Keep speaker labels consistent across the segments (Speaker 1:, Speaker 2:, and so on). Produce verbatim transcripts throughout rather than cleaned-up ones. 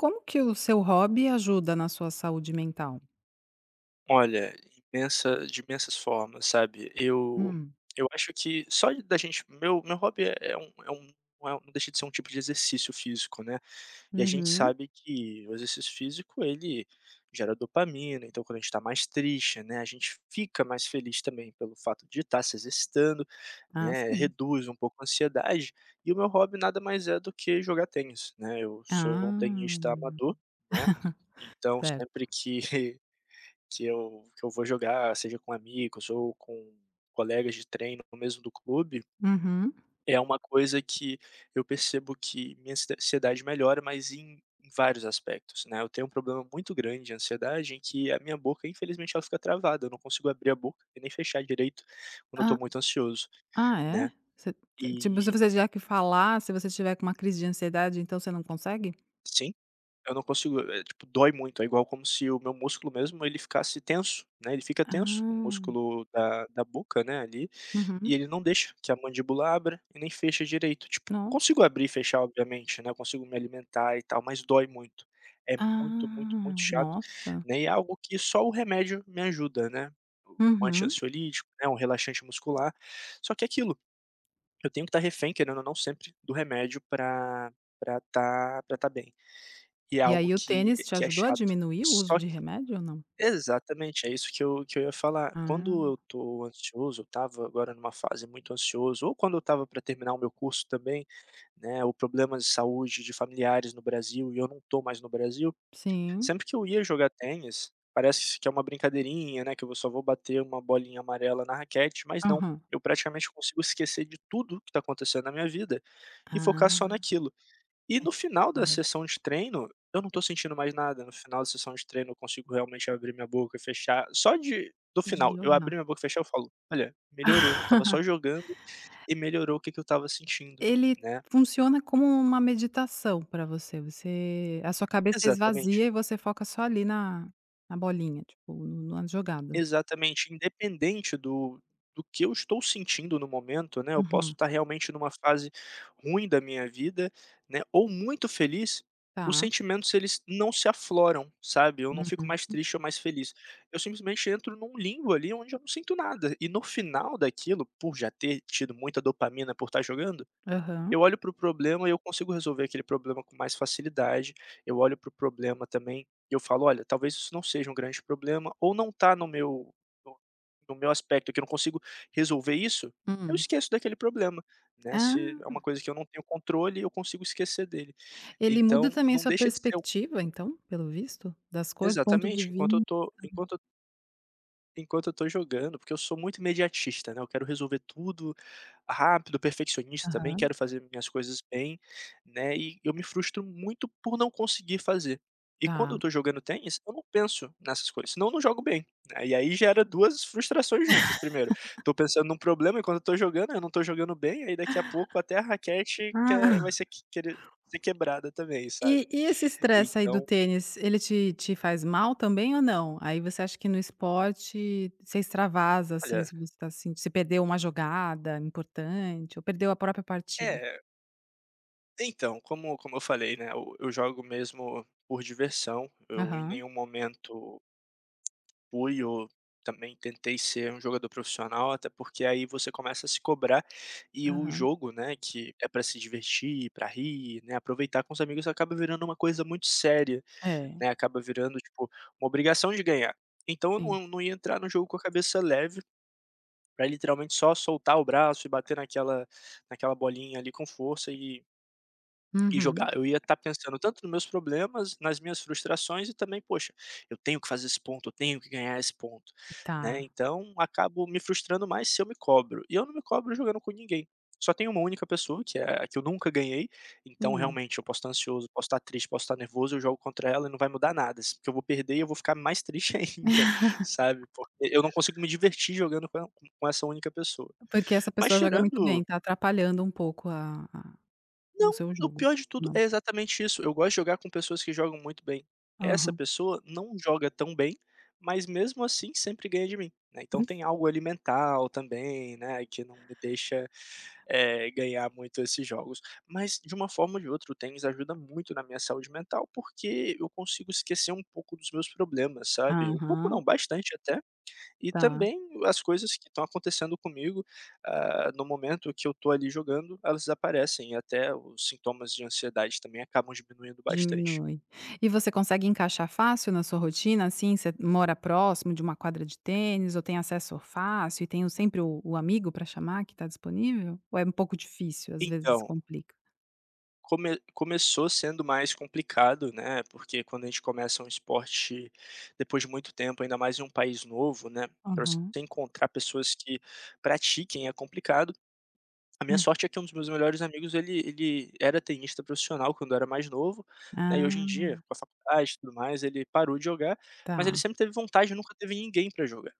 Speaker 1: Como que o seu hobby ajuda na sua saúde mental?
Speaker 2: Olha, imensa de imensas formas, sabe. Eu
Speaker 1: Hum.
Speaker 2: eu acho que só de- da gente meu meu hobby é é um é um não é, não deixa de ser um tipo de exercício físico, né. E a gente
Speaker 1: Uhum.
Speaker 2: sabe que o exercício físico, ele gera dopamina, então quando a gente está mais triste, né, a gente fica mais feliz também pelo fato de estar se exercitando,
Speaker 1: Ah,
Speaker 2: né,
Speaker 1: sim.
Speaker 2: reduz um pouco a ansiedade. E o meu hobby nada mais é do que jogar tênis, né. Eu sou um
Speaker 1: Ah.
Speaker 2: tenista amador, né, então
Speaker 1: Certo.
Speaker 2: sempre que que eu que eu vou jogar, seja com amigos ou com colegas de treino ou mesmo do clube,
Speaker 1: Uhum.
Speaker 2: é uma coisa que eu percebo que minha ansie ansiedade melhora, mas em em vários aspectos, né. Eu tenho um problema muito grande de ansiedade em que a minha boca, infelizmente, ela fica travada, eu não consigo abrir a boca e nem fechar direito quando eu
Speaker 1: Ah,
Speaker 2: estou muito ansioso,
Speaker 1: ah, é?
Speaker 2: né.
Speaker 1: Você Tipo, se
Speaker 2: E
Speaker 1: você tiver que falar, se você tiver com uma crise de ansiedade, então você não consegue?
Speaker 2: sim. Eu não consigo, eh, tipo, dói muito, é igual como se o meu músculo mesmo, ele ficasse tenso, né, ele fica tenso, o
Speaker 1: Ah.
Speaker 2: músculo da da boca, né, ali,
Speaker 1: Uhum.
Speaker 2: e ele não deixa que a mandíbula abra e nem fecha direito, tipo,
Speaker 1: Nossa.
Speaker 2: consigo abrir e fechar obviamente, né, eu consigo me alimentar e tal, mas dói muito. É muito, muito, muito
Speaker 1: Ah,
Speaker 2: chato,
Speaker 1: nossa.
Speaker 2: né, e é algo que só o remédio me ajuda, né, um
Speaker 1: Uhum.
Speaker 2: antiansiolítico, né, um relaxante muscular, só que é aquilo, eu tenho que estar refém, querendo ou não, sempre do remédio pra pra estar pra estar bem. E é
Speaker 1: E
Speaker 2: algo
Speaker 1: aí o
Speaker 2: que
Speaker 1: tênis te
Speaker 2: que é
Speaker 1: ajudou a
Speaker 2: chato.
Speaker 1: diminuir o uso
Speaker 2: Só
Speaker 1: de
Speaker 2: que
Speaker 1: remédio ou não?
Speaker 2: exatamente, é isso que eu que eu ia falar.
Speaker 1: Ah,
Speaker 2: Quando eu tô ansioso, eu estava agora numa fase muito ansioso, ou quando eu estava para terminar o meu curso também, né, ou problemas de saúde de familiares no Brasil e eu não tô mais no Brasil,
Speaker 1: sim.
Speaker 2: sempre que eu ia jogar tênis, parece que é uma brincadeirinha, né, que eu só vou bater uma bolinha amarela na raquete, mas não,
Speaker 1: Aham.
Speaker 2: eu praticamente consigo esquecer de tudo que tá acontecendo na minha vida e focar
Speaker 1: Ah,
Speaker 2: só naquilo. E no final
Speaker 1: é
Speaker 2: da
Speaker 1: de
Speaker 2: sessão de treino, eu não tô sentindo mais nada. No final da sessão de treino, eu consigo realmente abrir minha boca e fechar. Só de do
Speaker 1: é de
Speaker 2: final, eu
Speaker 1: jogar.
Speaker 2: abrir minha boca e fechar, eu falo: "Olha, melhorou. Eu estava só jogando e melhorou o que que eu estava sentindo",
Speaker 1: Ele
Speaker 2: né.
Speaker 1: funciona como uma meditação para você, você a sua cabeça
Speaker 2: Exatamente.
Speaker 1: esvazia e você foca só ali na na bolinha, tipo, no nas jogadas.
Speaker 2: Exatamente, independente do do que eu estou sentindo no momento, né, eu posso
Speaker 1: Uhum.
Speaker 2: estar realmente numa fase ruim da minha vida, né, ou muito feliz, os
Speaker 1: Tá.
Speaker 2: sentimentos eles não se afloram, sabe, eu não fico
Speaker 1: Uhum.
Speaker 2: mais triste ou mais feliz. Eu simplesmente entro num limbo ali onde eu não sinto nada, e no final daquilo, por já ter tido muita dopamina por estar jogando,
Speaker 1: Aham.
Speaker 2: eu olho para o problema e eu consigo resolver aquele problema com mais facilidade. Eu olho para o problema também e eu falo: "Olha, talvez isso não seja um grande problema ou não está no meu no no meu aspecto que eu não consigo resolver isso", eu
Speaker 1: Hum.
Speaker 2: esqueço daquele problema, né. Se
Speaker 1: Ah,
Speaker 2: é uma coisa que eu não tenho controle, eu consigo esquecer dele.
Speaker 1: ele muda
Speaker 2: Então
Speaker 1: também
Speaker 2: não
Speaker 1: sua
Speaker 2: deixa de ser um
Speaker 1: perspectiva então, pelo visto? Das coisas, ponto de
Speaker 2: exatamente, enquanto eu
Speaker 1: vista.
Speaker 2: tô enquanto eu Enquanto eu tô jogando, porque eu sou muito imediatista, né, eu quero resolver tudo rápido, perfeccionista também,
Speaker 1: Aham.
Speaker 2: quero fazer minhas coisas bem, né, e eu me frustro muito por não conseguir fazer. E quando eu
Speaker 1: Tá.
Speaker 2: tô jogando tênis, eu não penso nessas coisas, senão eu não jogo bem, né, e aí gera duas frustrações juntas. Primeiro, tô pensando num problema enquanto eu tô jogando, eu não tô jogando bem, aí daqui a pouco até a raquete quer vai
Speaker 1: Ah.
Speaker 2: ser que querer ser quebrada também,
Speaker 1: E
Speaker 2: sabe.
Speaker 1: e esse estresse aí do
Speaker 2: Então,
Speaker 1: tênis, ele te te faz mal também ou não? Aí você acha que no esporte você extravasa, assim,
Speaker 2: olha
Speaker 1: se você tá assim, se perdeu uma jogada importante ou perdeu a própria partida?
Speaker 2: é então, como como eu falei, né, eu eu jogo mesmo por diversão, eu em
Speaker 1: Aham,
Speaker 2: nenhum momento fui ou também tentei ser um jogador profissional, até porque aí você começa a se cobrar, e o
Speaker 1: aham.
Speaker 2: jogo, né, que é para se divertir, para rir, né, aproveitar com os amigos, acaba virando uma coisa muito séria,
Speaker 1: É,
Speaker 2: né, acaba virando, tipo, uma obrigação de ganhar. Então eu
Speaker 1: sim.
Speaker 2: não não ia entrar no jogo com a cabeça leve, para literalmente só soltar o braço e bater naquela naquela bolinha ali com força e e
Speaker 1: Uhum,
Speaker 2: jogar. Eu ia estar pensando tanto nos meus problemas, nas minhas frustrações e também: "Poxa, eu tenho que fazer esse ponto, eu tenho que ganhar esse ponto", né,
Speaker 1: tá.
Speaker 2: então acabo me frustrando mais se eu me cobro. E eu não me cobro jogando com ninguém. Só tem uma única pessoa que é a que eu nunca ganhei, então
Speaker 1: Hum.
Speaker 2: realmente eu posso estar ansioso, posso estar triste, posso estar nervoso, eu jogo contra ela e não vai mudar nada, se porque eu vou perder e eu vou ficar mais triste ainda, sabe, porque eu não consigo me divertir jogando com com essa única pessoa.
Speaker 1: Porque essa
Speaker 2: Mas
Speaker 1: pessoa joga muito
Speaker 2: tirando
Speaker 1: bem, tá atrapalhando um pouco a a o
Speaker 2: não,
Speaker 1: seu
Speaker 2: o
Speaker 1: jogo,
Speaker 2: pior de tudo
Speaker 1: não?
Speaker 2: é exatamente isso. Eu gosto de jogar com pessoas que jogam muito bem. Essa
Speaker 1: Aham.
Speaker 2: pessoa não joga tão bem, mas mesmo assim sempre ganha de mim, né. Então tem algo ali mental também, né, que não me deixa, eh, ganhar muito esses jogos. Mas de uma forma ou de outra o tênis ajuda muito na minha saúde mental, porque eu consigo esquecer um pouco dos meus problemas, sabe. Um pouco não,
Speaker 1: Aham,
Speaker 2: bastante até. E
Speaker 1: tá.
Speaker 2: também as coisas que estão acontecendo comigo, ah, no momento que eu estou ali jogando, elas desaparecem e até os sintomas de ansiedade também acabam diminuindo bastante.
Speaker 1: Diminui. E você consegue encaixar fácil na sua rotina, assim, você mora próximo de uma quadra de tênis ou tem acesso fácil e tem o sempre o o amigo para chamar que está disponível? Ou é um pouco difícil, às vezes
Speaker 2: Então,
Speaker 1: complica?
Speaker 2: come começou sendo mais complicado, né, porque quando a gente começa um esporte depois de muito tempo, ainda mais em um país novo, né, para você
Speaker 1: Aham.
Speaker 2: encontrar pessoas que pratiquem é complicado. A minha
Speaker 1: Hum.
Speaker 2: sorte é que um dos meus melhores amigos ele ele era tenista profissional quando eu era mais novo, né, e hoje em
Speaker 1: Ah,
Speaker 2: dia, com a faculdade e tudo mais, ele parou de jogar, mas ele
Speaker 1: tá.
Speaker 2: sempre teve vontade e nunca teve ninguém para jogar.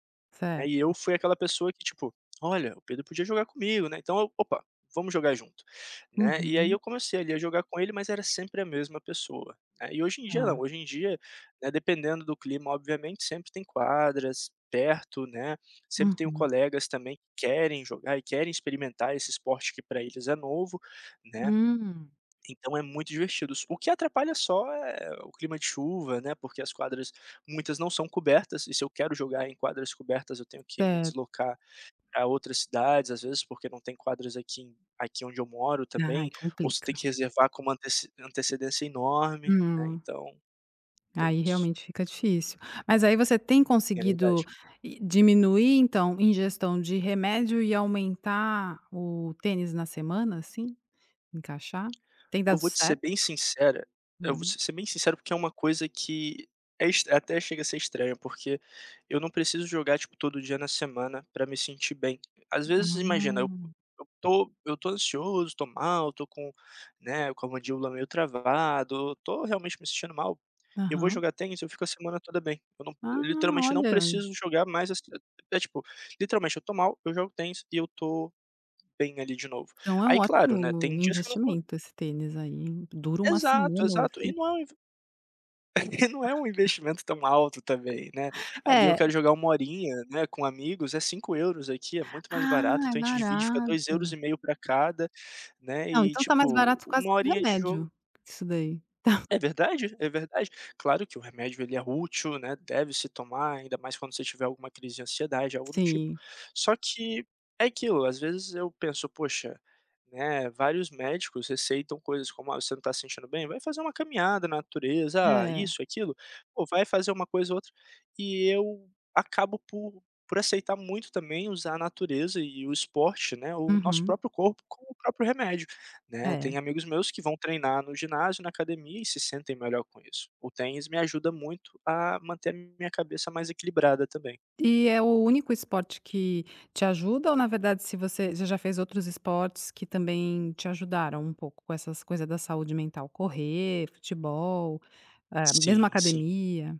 Speaker 2: Né, e
Speaker 1: Certo.
Speaker 2: eu fui aquela pessoa que tipo: "Olha, o Pedro podia jogar comigo, né, então eu opa, vamos jogar junto", né. E aí
Speaker 1: Uhum.
Speaker 2: eu comecei ali a jogar com ele, mas era sempre a mesma pessoa, né. E hoje em dia não,
Speaker 1: Tá.
Speaker 2: hoje em dia, né, dependendo do clima obviamente, sempre tem quadras perto, né, sempre tenho
Speaker 1: Uhum.
Speaker 2: colegas também que querem jogar e querem experimentar esse esporte que para eles é novo, né.
Speaker 1: Hum.
Speaker 2: Então é muito divertido. O que atrapalha só é o clima de chuva, né, porque as quadras, muitas não são cobertas, e se eu quero jogar em quadras cobertas, eu tenho que me
Speaker 1: Certo.
Speaker 2: deslocar pra outras cidades, às vezes, porque não tem quadras aqui em aqui onde eu moro
Speaker 1: Ai,
Speaker 2: também, ou você
Speaker 1: complica.
Speaker 2: tem que reservar com uma anteci antecedência enorme, né,
Speaker 1: Hum.
Speaker 2: então
Speaker 1: Aí
Speaker 2: tem isso.
Speaker 1: realmente fica difícil. Mas aí você tem
Speaker 2: É
Speaker 1: conseguido
Speaker 2: verdade.
Speaker 1: i diminuir, então, ingestão de remédio e aumentar o tênis na semana, assim? Encaixar? Tem
Speaker 2: Eu
Speaker 1: dado
Speaker 2: vou te ser
Speaker 1: certo?
Speaker 2: bem sincera eu vou
Speaker 1: Hum.
Speaker 2: ser ser bem sincero, porque é uma coisa que é est até chega a ser estranha, porque eu não preciso jogar, tipo, todo dia na semana pra me sentir bem. Às vezes, imagina, eu
Speaker 1: Ah,
Speaker 2: eu tô eu tô ansioso, tô mal, tô com, né, com a mandíbula meio travado, tô realmente me sentindo mal, eu vou
Speaker 1: aham.
Speaker 2: jogar tênis, eu fico a semana toda bem. Eu não eu
Speaker 1: Ah,
Speaker 2: literalmente não
Speaker 1: olha,
Speaker 2: preciso jogar mais essa é Tipo, literalmente eu tô mal, eu jogo tênis e eu tô bem ali de novo.
Speaker 1: então é um
Speaker 2: Aí claro, né, tem
Speaker 1: ótimo
Speaker 2: dias que eu não
Speaker 1: investimento esse tênis aí, hein. Dura uma
Speaker 2: exato,
Speaker 1: semana o
Speaker 2: exato. E
Speaker 1: efeito.
Speaker 2: não é um inv- e não é um investimento tão alto também, né. Ali eu quero
Speaker 1: É.
Speaker 2: jogar uma horinha, né, com amigos, é cinco euros aqui, é muito mais barato,
Speaker 1: Ah, é
Speaker 2: então a gente divide, fica dois euros
Speaker 1: barato.
Speaker 2: e meio para cada, né,
Speaker 1: Não,
Speaker 2: e
Speaker 1: então tá mais
Speaker 2: tipo,
Speaker 1: barato quase
Speaker 2: uma
Speaker 1: que o
Speaker 2: horinha de jogo
Speaker 1: remédio, isso daí.
Speaker 2: é verdade, é verdade. Claro que o remédio ele é útil, né, deve se tomar, ainda mais quando você tiver alguma crise de ansiedade, algo do tipo.
Speaker 1: Sim.
Speaker 2: Só que é aquilo, às vezes eu penso: "Poxa, né, vários médicos receitam coisas como: 'Ah, você não tá se sentindo bem? Vai fazer uma caminhada na natureza', ah,
Speaker 1: É.
Speaker 2: isso, aquilo, ou vai fazer uma coisa ou outra". E eu acabo por por aceitar muito também usar a natureza e o esporte, né, o nosso
Speaker 1: Uhum.
Speaker 2: próprio corpo como o próprio remédio. Né,
Speaker 1: É.
Speaker 2: tem amigos meus que vão treinar no ginásio, na academia e se sentem melhor com isso. O tênis me ajuda muito a manter a minha cabeça mais equilibrada também.
Speaker 1: E é o único esporte que te ajuda ou na verdade se você você já fez outros esportes que também te ajudaram um pouco com essas coisas da saúde mental? Correr, futebol, eh, mesmo
Speaker 2: Sim, sim.
Speaker 1: academia?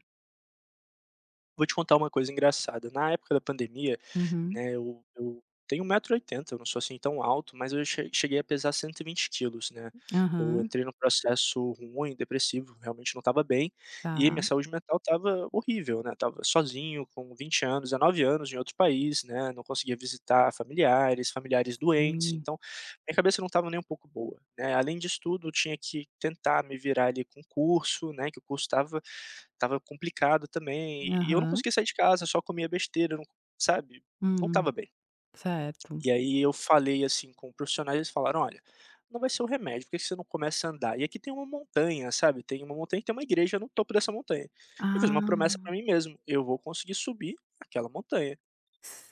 Speaker 2: Vou te contar uma coisa engraçada, na época da pandemia,
Speaker 1: Uhum.
Speaker 2: né, eu eu tenho um metro e oitenta. Eu não sou assim tão alto, mas eu che cheguei a pesar cento e vinte quilos, né. Eu
Speaker 1: Aham.
Speaker 2: entrei num processo ruim, depressivo, realmente não estava bem, e
Speaker 1: Tá.
Speaker 2: minha saúde mental estava horrível, né. Tava sozinho com vinte anos, há nove anos em outro país, né, não conseguia visitar familiares, familiares doentes,
Speaker 1: Sim.
Speaker 2: então minha cabeça não estava nem um pouco boa, né. Além disso tudo, eu tinha que tentar me virar ali com o curso, né, que o curso estava tava complicado também, e eu não
Speaker 1: Aham.
Speaker 2: conseguia sair de casa, só comia besteira, não sabe, não estava
Speaker 1: Hum.
Speaker 2: bem.
Speaker 1: Certo.
Speaker 2: E aí eu falei, assim, com profissionais, eles falaram: "Olha, não vai ser o remédio, por que que você não começa a andar?" E aqui tem uma montanha, sabe, tem uma montanha e tem uma igreja no topo dessa montanha. Eu fiz uma
Speaker 1: Ah,
Speaker 2: promessa pra mim mesmo: "Eu vou conseguir subir aquela montanha".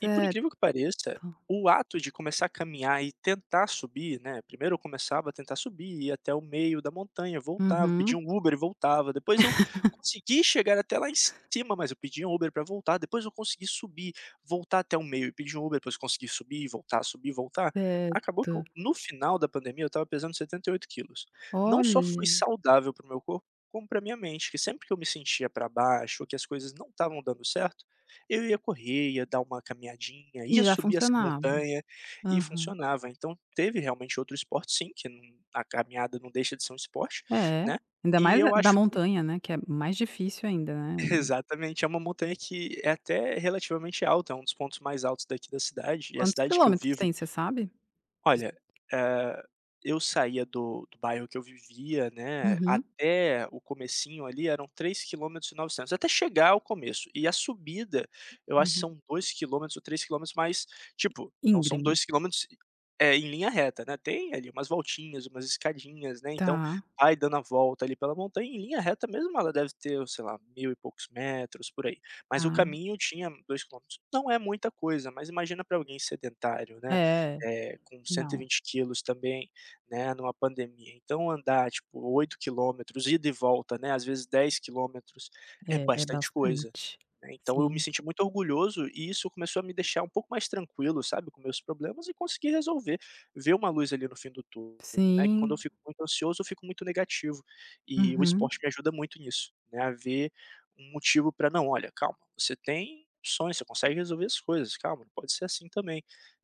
Speaker 2: E por incrível que pareça, o ato de começar a caminhar e tentar subir, né, primeiro eu começava a tentar subir, ia até o meio da montanha, voltava, pedia
Speaker 1: Uhum.
Speaker 2: um Uber e voltava, depois eu consegui chegar até lá em cima, mas eu pedia um Uber para voltar, depois eu consegui subir, voltar até o meio e pedir um Uber, depois consegui subir, voltar, subir, voltar. Acabou que
Speaker 1: Certo.
Speaker 2: eu no final da pandemia eu estava pesando setenta e oito quilos. Não só
Speaker 1: Olha,
Speaker 2: foi saudável para o meu corpo, como para minha mente, que sempre que eu me sentia para baixo, ou que as coisas não estavam dando certo, eu ia correr, ia dar uma caminhadinha,
Speaker 1: e
Speaker 2: ia
Speaker 1: já
Speaker 2: subir essa
Speaker 1: funcionava.
Speaker 2: montanha e
Speaker 1: Aham.
Speaker 2: funcionava. Então teve realmente outro esporte sim, que não a caminhada não deixa de ser um esporte,
Speaker 1: É,
Speaker 2: né.
Speaker 1: ainda
Speaker 2: E
Speaker 1: mais a
Speaker 2: eu
Speaker 1: da
Speaker 2: acho que
Speaker 1: montanha, né, que é mais difícil ainda, né.
Speaker 2: exatamente, é uma montanha que é até relativamente alta, é um dos pontos mais altos daqui da cidade, e a
Speaker 1: Quantos
Speaker 2: cidade que eu
Speaker 1: quilômetros
Speaker 2: vivo.
Speaker 1: tem, você sabe?
Speaker 2: Olha, eh, eu saía do do bairro que eu vivia, né,
Speaker 1: Uhum,
Speaker 2: até o comecinho ali eram três quilômetros e novecentos, até chegar ao começo. E a subida, eu acho que
Speaker 1: uhum.
Speaker 2: são dois quilômetros ou três quilômetros, mas, tipo, não são
Speaker 1: Íngreme.
Speaker 2: dois quilômetros, é em linha reta, né, tem ali umas voltinhas, umas escadinhas, né, então
Speaker 1: Tá,
Speaker 2: vai dando a volta ali pela montanha, em linha reta mesmo ela deve ter, sei lá, mil e poucos metros, por aí. Mas o
Speaker 1: tá.
Speaker 2: caminho tinha dois quilômetros. Não é muita coisa, mas imagina para alguém sedentário, né,
Speaker 1: É,
Speaker 2: eh, com
Speaker 1: não,
Speaker 2: cento e vinte quilos também, né, numa pandemia. Então andar, tipo, oito quilômetros, ida e volta, né, às vezes dez quilômetros, é
Speaker 1: é é
Speaker 2: bastante coisa,
Speaker 1: bastante.
Speaker 2: né. Então eu me
Speaker 1: Sim,
Speaker 2: senti muito orgulhoso e isso começou a me deixar um pouco mais tranquilo, sabe, com meus problemas e conseguir resolver, ver uma luz ali no fim do túnel, né, que quando eu
Speaker 1: sim.
Speaker 2: fico muito ansioso, eu fico muito negativo, e o
Speaker 1: Uhum,
Speaker 2: esporte me ajuda muito nisso, né, a ver um motivo para: "Não, olha, calma, você tem opções, você consegue resolver as coisas, calma, não pode ser assim também",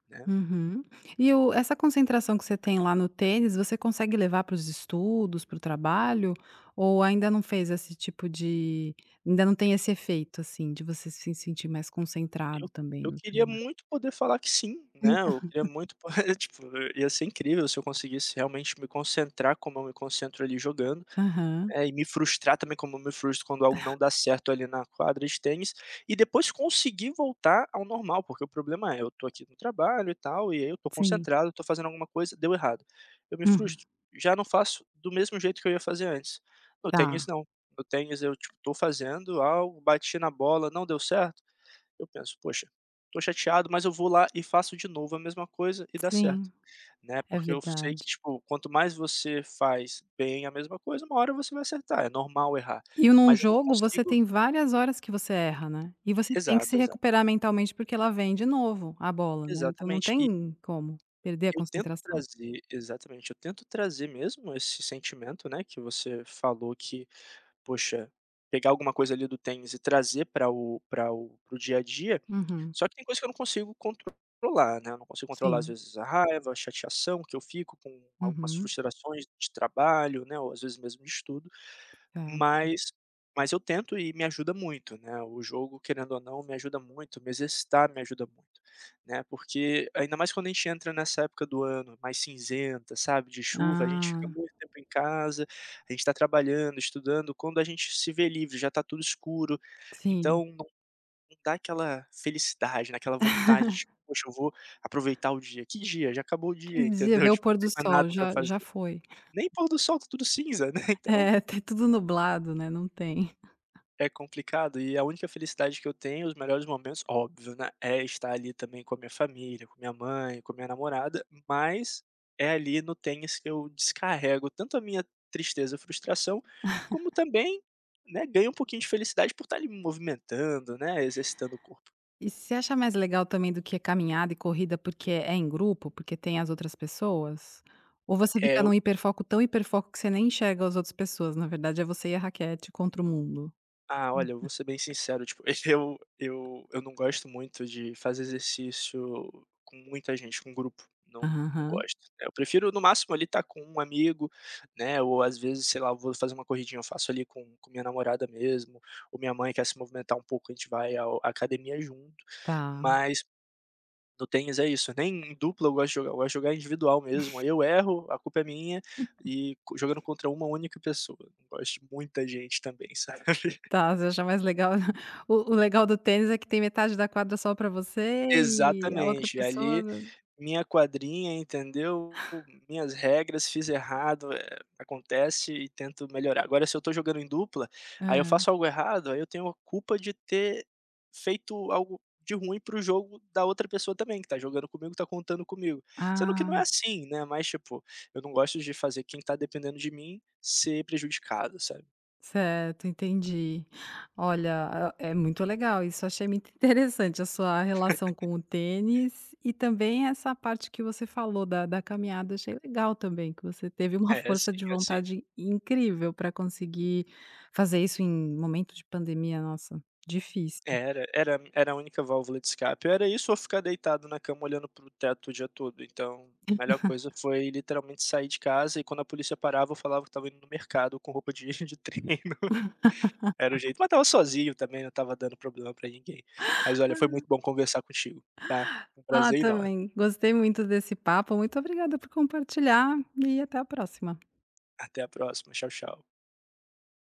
Speaker 2: né.
Speaker 1: uhum. E o essa concentração que você tem lá no tênis, você consegue levar para os estudos, para o trabalho, ou ainda não fez esse tipo de, ainda não tem esse efeito, assim, de você se sentir mais concentrado
Speaker 2: Eu
Speaker 1: também
Speaker 2: eu
Speaker 1: no
Speaker 2: queria
Speaker 1: celular?
Speaker 2: muito poder falar que sim, né, eu queria muito poder tipo, ia ser incrível se eu conseguisse realmente me concentrar como eu me concentro ali jogando,
Speaker 1: Aham,
Speaker 2: eh, e me frustrar também como eu me frustro quando algo não dá certo ali na quadra de tênis, e depois conseguir voltar ao normal, porque o problema é, eu tô aqui no trabalho e tal, e aí eu tô
Speaker 1: sim.
Speaker 2: concentrado, tô fazendo alguma coisa, deu errado. Eu me
Speaker 1: Uhum.
Speaker 2: frustro, já não faço do mesmo jeito que eu ia fazer antes. No tênis
Speaker 1: Tá,
Speaker 2: não, no tênis eu, tipo, tô fazendo algo, bati na bola, não deu certo, eu penso: "Poxa, tô chateado, mas eu vou lá e faço de novo a mesma coisa e dá certo",
Speaker 1: sim,
Speaker 2: né,
Speaker 1: é
Speaker 2: porque eu sei que,
Speaker 1: verdade.
Speaker 2: tipo, quanto mais você faz bem a mesma coisa, uma hora você vai acertar, é normal errar,
Speaker 1: E num
Speaker 2: mas eu não
Speaker 1: jogo você
Speaker 2: consigo.
Speaker 1: tem várias horas que você erra, né, e você tem que se
Speaker 2: Exato, exato.
Speaker 1: recuperar mentalmente, porque ela vem de novo a bola, né, então não
Speaker 2: Exatamente. E
Speaker 1: tem como perder a
Speaker 2: eu tento
Speaker 1: concentração.
Speaker 2: trazer exatamente, eu tento trazer mesmo esse sentimento, né, que você falou que poxa, pegar alguma coisa ali do tênis e trazer para o para o para o dia a dia,
Speaker 1: Uhum.
Speaker 2: só que tem coisa que eu não consigo controlar, né, eu não consigo controlar às
Speaker 1: Sim.
Speaker 2: vezes a raiva, a chateação que eu fico com algumas
Speaker 1: Uhum.
Speaker 2: frustrações de trabalho, né, ou às vezes mesmo de estudo,
Speaker 1: Tá.
Speaker 2: mas mas eu tento e me ajuda muito, né, o jogo querendo ou não me ajuda muito, me exercitar me ajuda muito, né, porque ainda mais quando a gente entra nessa época do ano mais cinzenta, sabe, de chuva, a gente fica
Speaker 1: Ah,
Speaker 2: muito tempo em casa, a gente está trabalhando, estudando, quando a gente se vê livre, já está tudo escuro,
Speaker 1: sim.
Speaker 2: então não não dá aquela felicidade, né, aquela vontade de: "Poxa, eu vou aproveitar o dia". Que dia? Já acabou o
Speaker 1: Que
Speaker 2: dia,
Speaker 1: dia
Speaker 2: entendeu?
Speaker 1: ver o
Speaker 2: Tipo, não
Speaker 1: pôr do
Speaker 2: tem mais
Speaker 1: sol,
Speaker 2: nada para
Speaker 1: já já
Speaker 2: fazer.
Speaker 1: foi.
Speaker 2: Nem pôr do sol, está tudo cinza, né,
Speaker 1: É,
Speaker 2: então
Speaker 1: tá tudo nublado, né, não tem.
Speaker 2: é complicado, e a única felicidade que eu tenho, os melhores momentos, óbvio, né, é estar ali também com a minha família, com minha mãe, com minha namorada, mas é ali no tênis que eu descarrego tanto a minha tristeza, frustração, como também, né, ganho um pouquinho de felicidade por estar ali me movimentando, né, exercitando o corpo.
Speaker 1: E você acha mais legal também do que caminhada e corrida, porque é em grupo, porque tem as outras pessoas? Ou você
Speaker 2: É.
Speaker 1: fica num hiperfoco, tão hiperfoco que você nem enxerga as outras pessoas, na verdade é você e a raquete contra o mundo?
Speaker 2: Ah,
Speaker 1: Hum.
Speaker 2: olha, eu vou ser bem sincero, tipo, eu eu eu não gosto muito de fazer exercício com muita gente, com grupo, não não
Speaker 1: Aham,
Speaker 2: gosto, né. Eu prefiro no máximo ali estar com um amigo, né, ou às vezes, sei lá, eu vou fazer uma corridinha, eu faço ali com com minha namorada mesmo, ou minha mãe quer se movimentar um pouco, a gente vai ao à academia junto,
Speaker 1: tá.
Speaker 2: mas no tênis é isso, nem em dupla eu gosto de jogar, eu gosto de jogar individual mesmo, aí eu erro, a culpa é minha, e co jogando contra uma única pessoa, não gosto de muita gente também, sabe.
Speaker 1: Tá, você acha mais legal, o o legal do tênis é que tem metade da quadra só pra você e a outra
Speaker 2: Exatamente,
Speaker 1: pessoa,
Speaker 2: ali minha quadrinha, entendeu, minhas regras, fiz errado, eh, acontece e tento melhorar. Agora se eu tô jogando em dupla, aí eu
Speaker 1: hã.
Speaker 2: faço algo errado, aí eu tenho a culpa de ter feito algo de ruim para o jogo da outra pessoa também, que tá jogando comigo, tá contando comigo. Sendo que não é
Speaker 1: Ah.
Speaker 2: assim, né, mas tipo, eu não gosto de fazer quem tá dependendo de mim ser prejudicado, sabe.
Speaker 1: Certo, entendi. Olha, é é muito legal isso, achei muito interessante a sua relação com o tênis e também essa parte que você falou da da caminhada, achei legal também, que você teve uma
Speaker 2: É, assim
Speaker 1: força de
Speaker 2: é assim.
Speaker 1: vontade incrível para conseguir fazer isso em momento de pandemia, nossa, difícil.
Speaker 2: Era, era era a única válvula de escape. Era isso ou ficar deitado na cama olhando para o teto o dia todo, então, a melhor coisa foi literalmente sair de casa, e quando a polícia parava eu falava que estava indo no mercado com roupa de de treino, era o jeito. Mas estava sozinho também, não estava dando problema para ninguém. Mas olha, foi muito bom conversar contigo, tá? Um
Speaker 1: Ah,
Speaker 2: prazer enorme.
Speaker 1: também, gostei muito desse papo, muito obrigada por compartilhar e até a próxima.
Speaker 2: Até a próxima, tchau, tchau.